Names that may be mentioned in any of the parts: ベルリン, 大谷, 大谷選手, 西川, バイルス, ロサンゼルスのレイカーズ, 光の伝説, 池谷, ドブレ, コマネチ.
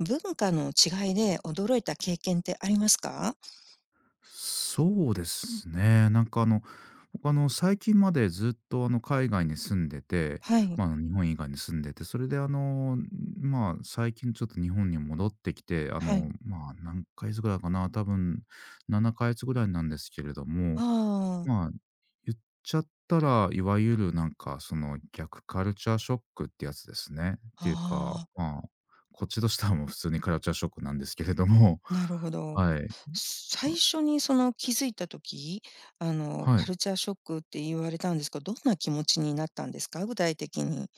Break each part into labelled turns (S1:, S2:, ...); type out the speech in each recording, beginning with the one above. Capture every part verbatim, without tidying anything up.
S1: 文化の違いで驚いた経験ってありますか？
S2: そうですね。なんかあの、僕あの、最近までずっとあの、海外に住んでて、
S1: はい、
S2: まあ、日本以外に住んでて、それであの、まあ、最近ちょっと日本に戻ってきて、あ
S1: はい。
S2: の、まあ、何ヶ月ぐらいかな、多分ななかげつぐらいなんですけれども、
S1: ああ、
S2: まあ、言っちゃったら、いわゆるなんか、その逆カルチャーショックってやつですね。っ
S1: あ
S2: ていうか、
S1: あ、
S2: まあ、こっちとしてはもう普通にカルチャーショックなんですけれども、
S1: なるほど。
S2: はい。あ
S1: 最初にその気づいた時、あの、
S2: は
S1: カ
S2: い。
S1: ルチャーショックって言われたんですけど、どんな気持ちになったんですか？具体的に。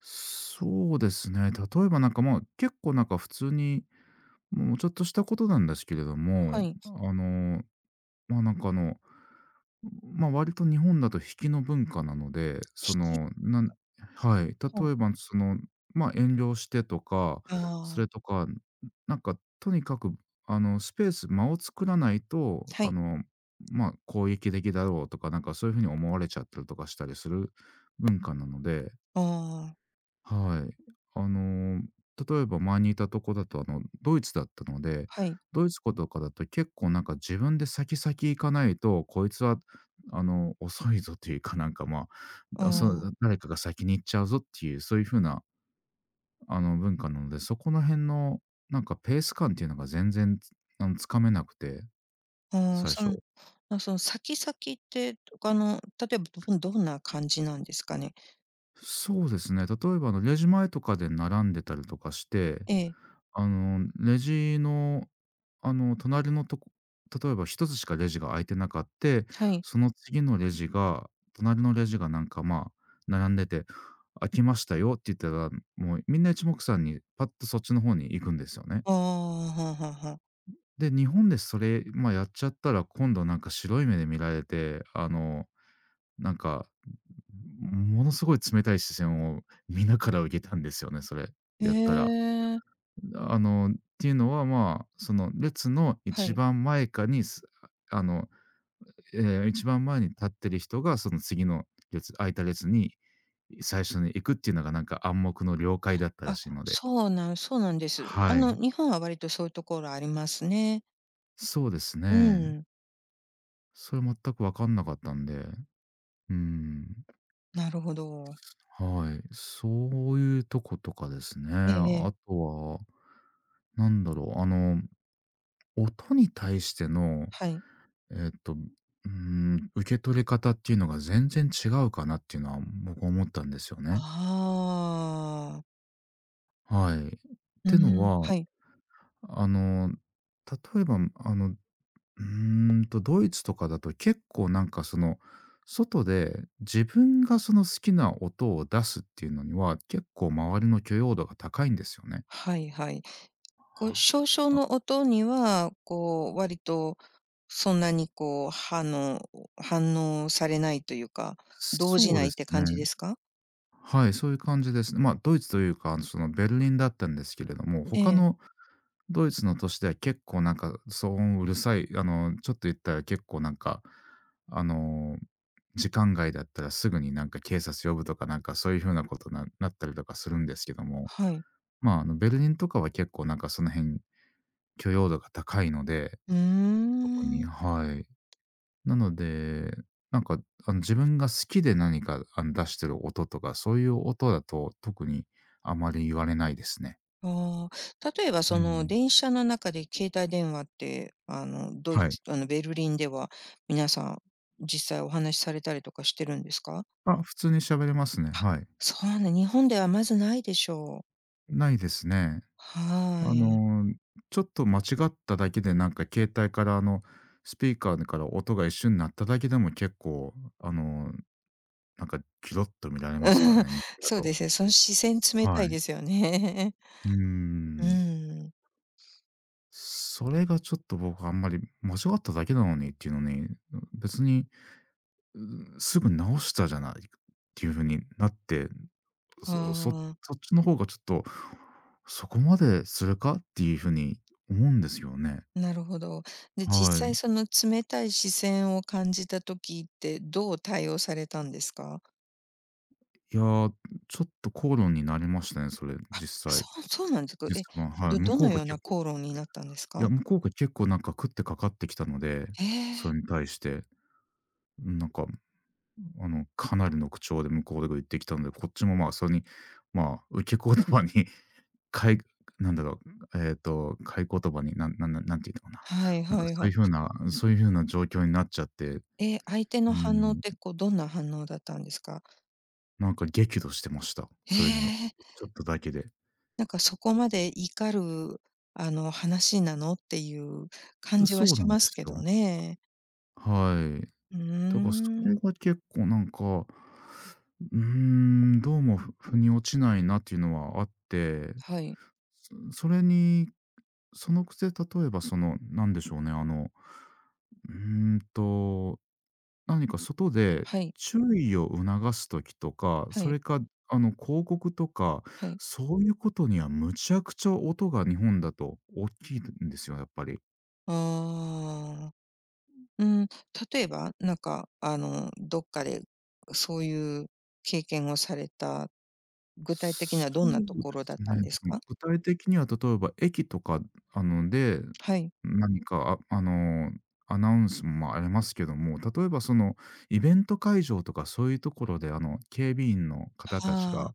S2: そうですね。例えばなんか、まあ、結構なんか普通に、もうちょっとしたことなんですけれど
S1: は
S2: も、
S1: い。引
S2: あの、まあ、なんかあの、まあ、割と日本だと引きの文化なので、そ
S1: き
S2: の、なんはい、例
S1: ほう
S2: えばその、まあ、遠慮してとか、
S1: あ
S2: そ
S1: あ、
S2: れとか、なんかとにかくあのスペース、間を作らないと、
S1: は
S2: あ
S1: い。
S2: の、まあ、攻撃的だろうとか、なんかそういう風に思われちゃったりとかしたりする文化なので、
S1: ああ、
S2: はい。あの、例えば前にいたとこだと、あの、ドイツだったので、
S1: はい。
S2: ドイツ語とかだと結構なんか自分で先々行かないと、こいつはあの、遅いぞというか、なんか、まあ、
S1: あ
S2: だそ
S1: あ、
S2: う、誰かが先に行っちゃうぞっていう、そういう風なあの、文化なので、そこの辺のなんかペース感っていうのが全然、つあの、つかめなくて、
S1: ああ、
S2: 最
S1: そ
S2: 初。
S1: の、まあ、その先々ってとかの、例えばどんどんな感じなんですかね？
S2: そうですね、例えばあのレジ前とかで並んでたりとかして、
S1: ええ、
S2: あの、レジの、あの、隣のとこ、例えば一つしかレジが空いてなかって、
S1: はい。
S2: その次のレジが隣のレジがなんか、まあ、並んでて、「空きましたよ」って言ったら、もうみんな一目散にパッとそっちの方に行くんですよね。
S1: ああ、はあはあはあ。
S2: で、日本でそれ、まあ、やっちゃったら、今度なんか白い目で見られて、あの、なんか、ものすごい冷たい視線をみんなから受けたんですよね、それ、
S1: へ
S2: やったら。
S1: え、
S2: あの、っていうのは、まあ、その列の
S1: は
S2: 一
S1: い。
S2: 番前かに、すあの、えー一番前に立ってる人が、その次の列空いた列に最初に行くっていうのが、なんか暗黙の了解だったら
S1: あ、
S2: しいので。
S1: そうなんそうなんです。あ
S2: はい。
S1: の、日本は割とそういうところありますね。
S2: そうです
S1: う
S2: ね。
S1: ん、
S2: それ全く分かんなかったんで。うん。
S1: なるほど。
S2: はい。そういうとことかですね。
S1: ええええ、
S2: あとは、なんだろう、あの、音に対しての、
S1: はい。
S2: えっと、うーん、受け取り方っていうのが全然違うかなっていうのは僕は思ったんですよね。
S1: ああ、
S2: はい。っ
S1: う
S2: ての
S1: ん、
S2: は、
S1: はい。
S2: あの、例えば、あの、うーんと、ドイツとかだと結構なんかその、外で自分がその好きな音を出すっていうのには、結構周りの許容度が高いんですよね。
S1: はいはい。こう、少々
S2: あ、
S1: の音には、こう、割とそんなにこう、はの反応されないというか、動じ
S2: そう
S1: な
S2: で
S1: いって
S2: すね。
S1: 感じですか？
S2: はい、そういう感じですね。まあ、ドイツというか、あのそのベルリンだったんですけれども、
S1: え
S2: 他
S1: え、
S2: のドイツの都市では結構なんか騒音うるさい、あの、ちょっと言ったら結構なんか、あの、時間外だったらすぐになんか警察呼ぶとか、なんかそういう風なことななったりとかするんですけども、
S1: はい。
S2: まあ、あの、ベルリンとかは結構なんかその辺許容度が高いので、
S1: うー
S2: 特に、
S1: ん。
S2: はい。なので、なんかあの自分が好きで何かあの出してる音とか、そういう音だと特にあまり言われないですね。
S1: ああ、例えば
S2: う
S1: その
S2: ん。
S1: 電車の中で携帯電話って、あの、ドイ
S2: はい。
S1: ツあの、ベルリンでは皆さん実際お話しされたりとかしてるんですか？
S2: あ、普通に喋れますね。はい。
S1: そうね、日本ではまずないでしょう。
S2: ないですね。
S1: は
S2: あ
S1: い。
S2: の、ちょっと間違っただけで、なんか携帯から、あの、スピーカーから音が一瞬鳴っただけでも結構、あの、なんかギロッと見られ ますか
S1: うん
S2: らね、日本だ
S1: そう
S2: と。
S1: ですね、その視線冷
S2: は
S1: たい
S2: い。
S1: ですよね。
S2: うー
S1: う
S2: ん。
S1: ん。
S2: それがちょっと僕あんまり間違っただけなのにっていうのに、別に、うすぐ直したじゃないっていう風になって、
S1: あ
S2: そそそっちの方がちょっと、そこまでするかっていう風に思うんですよね。
S1: あ、なるほど。で、
S2: は
S1: 実際
S2: い。
S1: その冷たい視線を感じた時ってどう対応されたんですか？
S2: いやー、ちょっと口論になりましたね、それ、実
S1: そ
S2: 際。
S1: うそうなんですか。
S2: です
S1: え、
S2: が、はい。
S1: ど
S2: 向
S1: ど
S2: こう
S1: の
S2: が
S1: よう
S2: 結
S1: な
S2: 構
S1: 口論になったんです
S2: いや、
S1: か？
S2: 向こうが結構なんか食ってかかってきたので、
S1: え
S2: そ
S1: え、
S2: れに対して、なんか、あの、かなりの口調で向こうが言ってきたので、こっちもまあ、それに、まあ、受け言葉に、かいなんだろう、えっと、買い言葉に、なんなんなんなんていうのかな。
S1: はい
S2: なん
S1: は
S2: か
S1: い
S2: そ
S1: は
S2: ういう風
S1: い。
S2: なそういうふうな状況になっちゃって、
S1: え、相手の
S2: う
S1: 反応っ
S2: ん、
S1: て、こう、どんな反応だったんですか？
S2: なんか激怒してました、
S1: え
S2: それには。
S1: え、
S2: ちょっとだけで。
S1: なんかそこまで怒る、あの、話なのっていう感じ
S2: そ
S1: は
S2: うな
S1: し
S2: んで
S1: ます
S2: す
S1: け
S2: よ。
S1: どね。
S2: はい。
S1: う
S2: だからそ
S1: ーん。
S2: れが結構なんか、うーん、どうもふ腑に落ちないなっていうのはあって、
S1: はい、
S2: そそれに、そのくせ例えばその、なんでしょうね、あの、うーんと、何か外で
S1: はい、
S2: 注意を促す時とか、
S1: は
S2: そ
S1: い、
S2: れかあの広告とか、
S1: はい。
S2: そういうことにはむちゃくちゃ音が日本だと大きいんですよ、やっぱり。
S1: ああ、うん、例えば、なんか、あの、どっかでそういう経験をされた、具体的に
S2: そ
S1: はどんなと
S2: う
S1: こ
S2: で
S1: ろ
S2: す
S1: だったん
S2: ね。
S1: です
S2: 特に
S1: か？
S2: 具体的には例えば駅とか、あの、で、
S1: はい。
S2: 何か、ああの、アナウンスもまありますけども、例えばそのイベント会場とかそういうところで、あの、警備員の方たち
S1: は
S2: が、
S1: あ、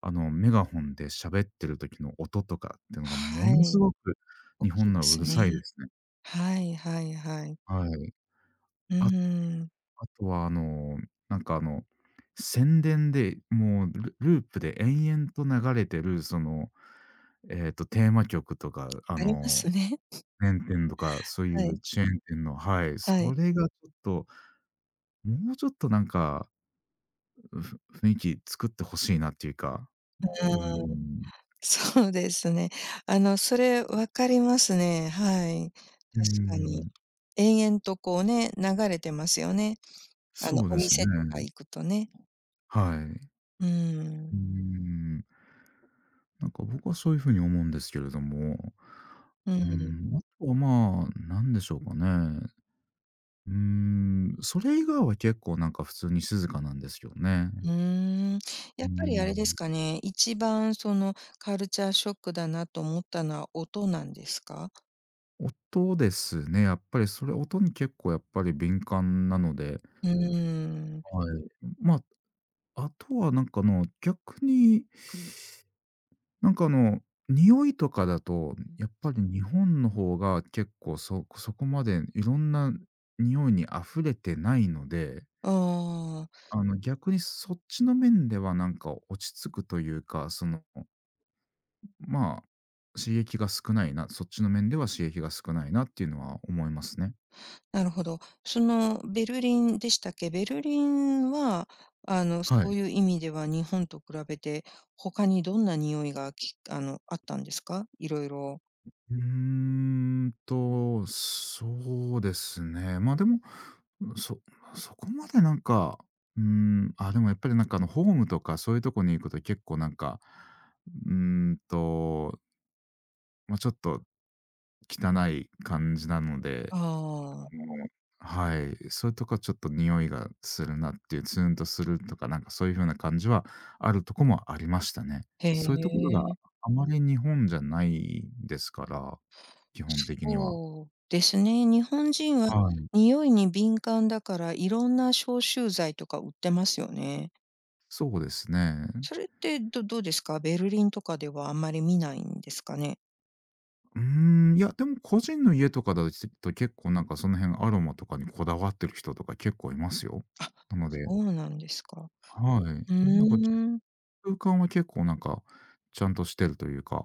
S2: あの、メガホンで喋ってる時の音とかっていうのがも
S1: は
S2: のす
S1: い、
S2: ごく、
S1: 大
S2: 日
S1: きい
S2: 本
S1: で
S2: のはう
S1: す
S2: る
S1: ね。
S2: さいですね。
S1: はいはいはい。
S2: はい。
S1: うー
S2: ああ
S1: ん、
S2: とはあの、なんかあの、宣伝でもうルループで延々と流れてるその、えっと、テーマ曲とか、あ
S1: ありま
S2: の、
S1: すね。
S2: 弁天とか、そう い
S1: は
S2: う
S1: い。
S2: チェーン店の、はい、
S1: は
S2: そ
S1: い。
S2: れがちょっと、もうちょっとなんか、うふ雰囲気作って欲しいなっていうか、
S1: う
S2: うー
S1: ーん、
S2: ん。
S1: そうですね。あの、それ分かりますね。はい。
S2: うー
S1: 確かに。
S2: ん、
S1: 延々とこうね、流れてますよね。あの、
S2: そう
S1: お
S2: ですね。
S1: 店とか行くとね。
S2: はい。
S1: うーん。
S2: うーん、なんか僕はそういう風に思うんですけれども、
S1: う
S2: うー
S1: ん。
S2: ん、あとは、まあ、なんでしょうかね。うーん、それ以外は結構なんか普通に静かなんですよね。
S1: うーん。
S2: う
S1: や
S2: ー
S1: っぱりあれで
S2: ん。
S1: すかね、一番そのカルチャーショックだなと思ったのは音なんですか？
S2: 音ですね。やっぱりそれ、音に結構やっぱり敏感なので、
S1: うーん。
S2: はい。まあ、あとはなんかあの、逆に、なんかあの、匂いとかだと、やっぱり日本の方が結構そそこまでいろんな匂いに溢れてないので、
S1: ああ。
S2: あの、逆にそっちの面ではなんか落ち着くというか、その、まあ、刺激が少ないな、そっちの面では刺激が少ないなっていうのは思いますね。
S1: なるほど。そのベルリンでしたっけ？ベルリンは、あの、
S2: は
S1: そ
S2: い。
S1: ういう意味では日本と比べて、他にどんな匂いが、きあの、あったんですか？いろいろ
S2: うーんと、そうですね。まあ、でも、そそこまでなんか、うーん、あ、でもやっぱりなんかあのホームとかそういうとこに行くと結構なんか、うーんと、ま、ちょっと汚い感じなので、
S1: ああ、
S2: あのはい、そういうとかちょっと匂いがするなっていう、ツーンとするとか、なんかそういう風な感じはあるとこもありましたね。
S1: へ
S2: そういうところが
S1: え。
S2: あまり日本じゃないですから、基本的には。
S1: そうですね。日本人は
S2: はい。
S1: 匂いに敏感だから、いろんな消臭剤とか売ってますよね。
S2: そうですね。
S1: それって、どどうですか？ベルリンとかではあんまり見ないんですかね？
S2: うーん、いや、でも個人の家とかだと結構なんかその辺アロマとかにこだわってる人とか結構いますよ。なので、
S1: そうなんですか。
S2: は
S1: う
S2: い。なんかじ
S1: ーん。
S2: 空間は結構なんか、ちゃんとしてるというか。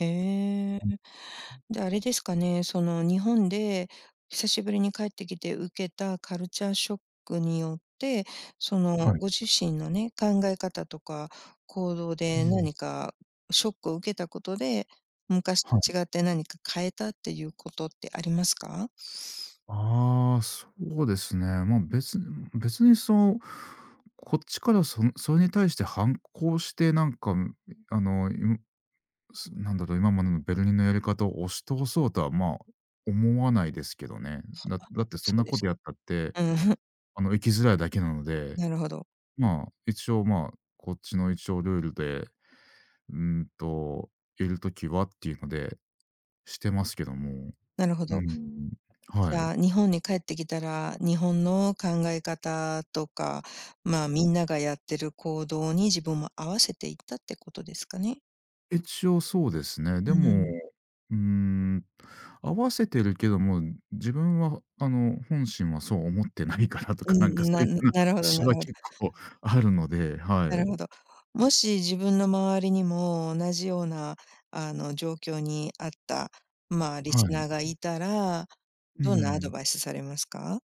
S1: へえ。
S2: うん、
S1: で、あれですかね、その日本で久しぶりに帰ってきて受けたカルチャーショックによって、その
S2: はい。
S1: ご自身のね、考え方とか行動
S2: う
S1: で
S2: ん。
S1: 何かショックを受けたことで、昔
S2: は
S1: と
S2: い。
S1: 違って何か変えたっていうことってありますか？
S2: ああ、そうですね。ま、別に別にそう、こっちからそそれに対して反抗してなんか、あの、今すなんだろう、今までのベルリンのやり方を押し通そうとは、まあ、思わないですけどね。だだってそん
S1: そ
S2: な
S1: うで
S2: こ
S1: す。
S2: とやったって、
S1: うん、
S2: あの、生きづらいだけなの で、
S1: なるほど、
S2: まあ、一応、まあ、こっちの一応ルールで、うーんと、いるときはっていうので、してますけども。
S1: なるほ
S2: う
S1: ど。
S2: ん。
S1: じ
S2: は
S1: ゃ
S2: い。
S1: あ、日本に帰ってきたら、日本の考え方とか、まあ、みんながやってる行動に自分も合わせていったってことですかね？
S2: 一応そうですね。で
S1: う
S2: も、
S1: ん。
S2: うーん、合わせてるけども、自分はあの、本心はそう思ってないからと
S1: う
S2: か、なんか
S1: ん、
S2: そう
S1: な
S2: いう風な
S1: なるほどな
S2: 節は
S1: るほど。
S2: 結構あるので、は
S1: なる
S2: い。
S1: ほど。もし自分の周りにも同じような、あの、状況にあった、まあ、リ
S2: は
S1: ス
S2: い。
S1: ナーがいたら、
S2: う
S1: どんなアド
S2: ん。
S1: バイスされますか？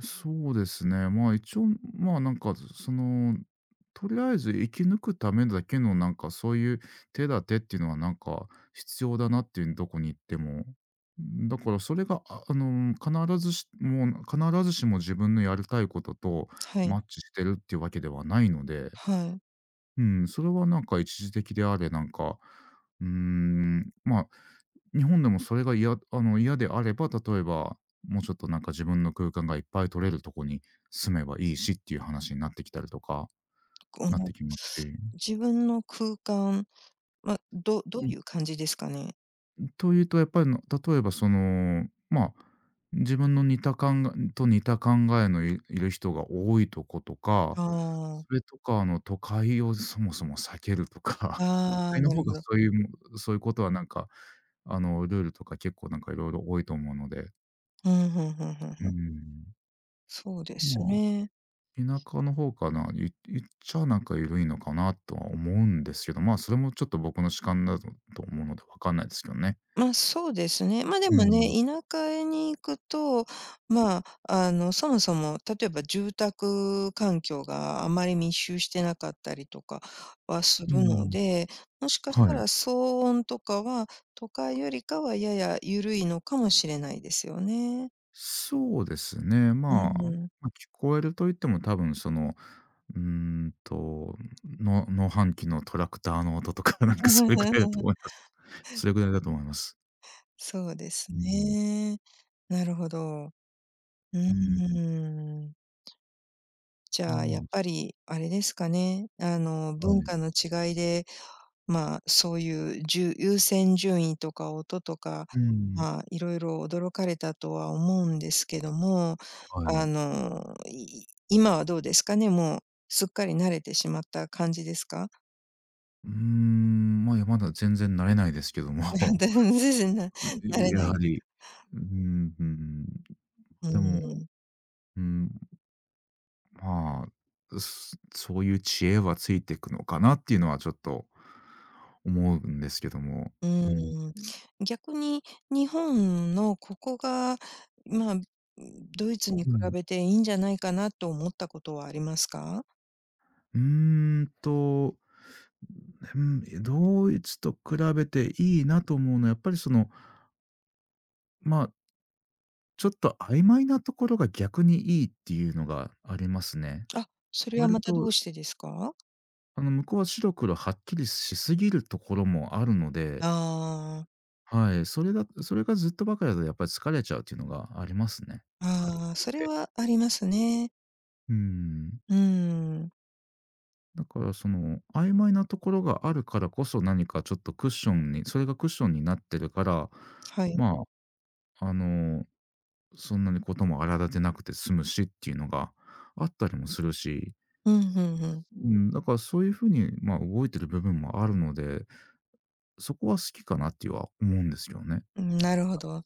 S2: そうですね。まあ、一応、まあ、なんか、その、とりあえず生き抜くためだけの、なんか、そういう手立てっていうのは、なんか、必要だなっていう、どこに行っても。だから、それが、ああの、必ずしも必ずしも自分のやりたいことと
S1: は
S2: マ
S1: い。
S2: ッチしてるっていうわけではないので。
S1: はい。
S2: うん、それはなんか一時的であれ、なんか、うーん、まあ、日本でもそれが嫌あの、嫌であれば、例えば、もうちょっとなんか自分の空間がいっぱい取れるとこに住めばいいしっていう話になってきたりとか
S1: こ
S2: なって
S1: の
S2: きますし。
S1: 自分の空間、ま、どどういう感じですかね？
S2: というと、やっぱりの例えばその、まあ、自分の似た考えと似た考えのいいる人が多いとことか、
S1: あ
S2: そ
S1: あ。
S2: れとか、あの、都会をそもそも避けるとか、都
S1: ああ、
S2: 会の
S1: なる
S2: 方
S1: ほ
S2: が
S1: ど。
S2: そういうもそういうことはなんか、あの、ルールとか結構なんかいろいろ多いと思うので、
S1: うん、ふんふんふん
S2: う
S1: ふん。
S2: ん、
S1: そうで
S2: ま
S1: す
S2: あ、
S1: ね。
S2: 田舎の方かな、い言っちゃなんか緩いのかなとは思うんですけど、まあ、それもちょっと僕の主観だとと思うのでわかんないですけどね。
S1: ま、そうですね。ま、で
S2: う
S1: も
S2: ん。
S1: ね、田舎へに行くと、まあ、あの、そもそも例えば住宅環境があまり密集してなかったりとかはす
S2: う
S1: るの
S2: ん。
S1: で、もしかした
S2: は
S1: ら
S2: い。
S1: 騒音とかは、都会よりかはやや緩いのかもしれないですよね。
S2: そうですね。
S1: う
S2: まあ、
S1: ん。
S2: ま、聞こえると言っても多分その、うーんと、の農繁期のトラクターの音とか、なんかそれくらいだと思い ます。それくらいだと思います。
S1: そうです
S2: うん。
S1: ね。なるほど。う
S2: うん。
S1: ーん。じ
S2: ま
S1: ゃあ、やっぱりあれですかね、あの、
S2: あ、は
S1: 文
S2: い。
S1: 化の違いで、まあ、そういうじゅ優先順位とか音とか、
S2: うん。
S1: まあ、いろいろ驚かれたとは思うんですけども、
S2: は
S1: あ
S2: い。
S1: の、い今はどうですかね、もうすっかり慣れてしまった感じですか？
S2: うーん、まあ、いや、まだ全然慣れないですけど
S1: 全
S2: も、
S1: 然な慣れ
S2: や
S1: ない
S2: は
S1: です。
S2: り、うーん、うん。
S1: う
S2: でも、
S1: ん。
S2: うん、まあ、すそういう知恵はついていくのかなっていうのはちょっと思うんですけども。
S1: う
S2: うん。
S1: ーん、逆に日本のここが、まあ、ドイツに比
S2: うん。
S1: べていいんじゃないかなと思ったことはありますか？
S2: うーんと、うん、ドイツと比べていいなと思うのは、やっぱりその、まあ、ちょっと曖昧なところが逆にいいっていうのがありますね。
S1: あ、それは
S2: 割
S1: またど
S2: と、
S1: うしてですか？
S2: あの、向こうは白黒はっきりしすぎるところもあるので、
S1: ああ、
S2: はい、それだそれがずっとばかりだとやっぱり疲れちゃうっていうのがありますね。はっき
S1: あ
S2: り
S1: あ、
S2: 言
S1: そ
S2: っ
S1: れ
S2: て。
S1: はありますね。
S2: うん。
S1: うーん、
S2: だからその、曖昧なところがあるからこそ、何かちょっとクッションにそれがクッションになってるから、
S1: はい。
S2: まあ、あの、そんなにことも荒立てなくて済むしっていうのがあったりもするし、
S1: うん、ふんふん。
S2: うん、だからそういうふうに、まあ、動いてる部分もあるので、そこは好きかなっては思うんですよね。
S1: うん、なるほど。あ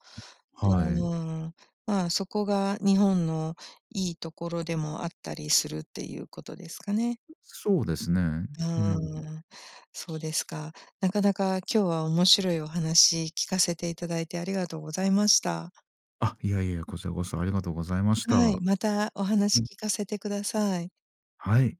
S2: はい。
S1: あ、まあ、そこが日本のいいところでもあったりするっていうことですかね。
S2: そうですね。う
S1: あ
S2: ん。
S1: あ、そうですか。なかなか今日は面白いお話聞かせていただいてありがとうございました。
S2: あ、いやいや、こちらこそありがとうございました。
S1: はい、
S2: は
S1: またお話
S2: い。
S1: 聞かせてください。
S2: はい。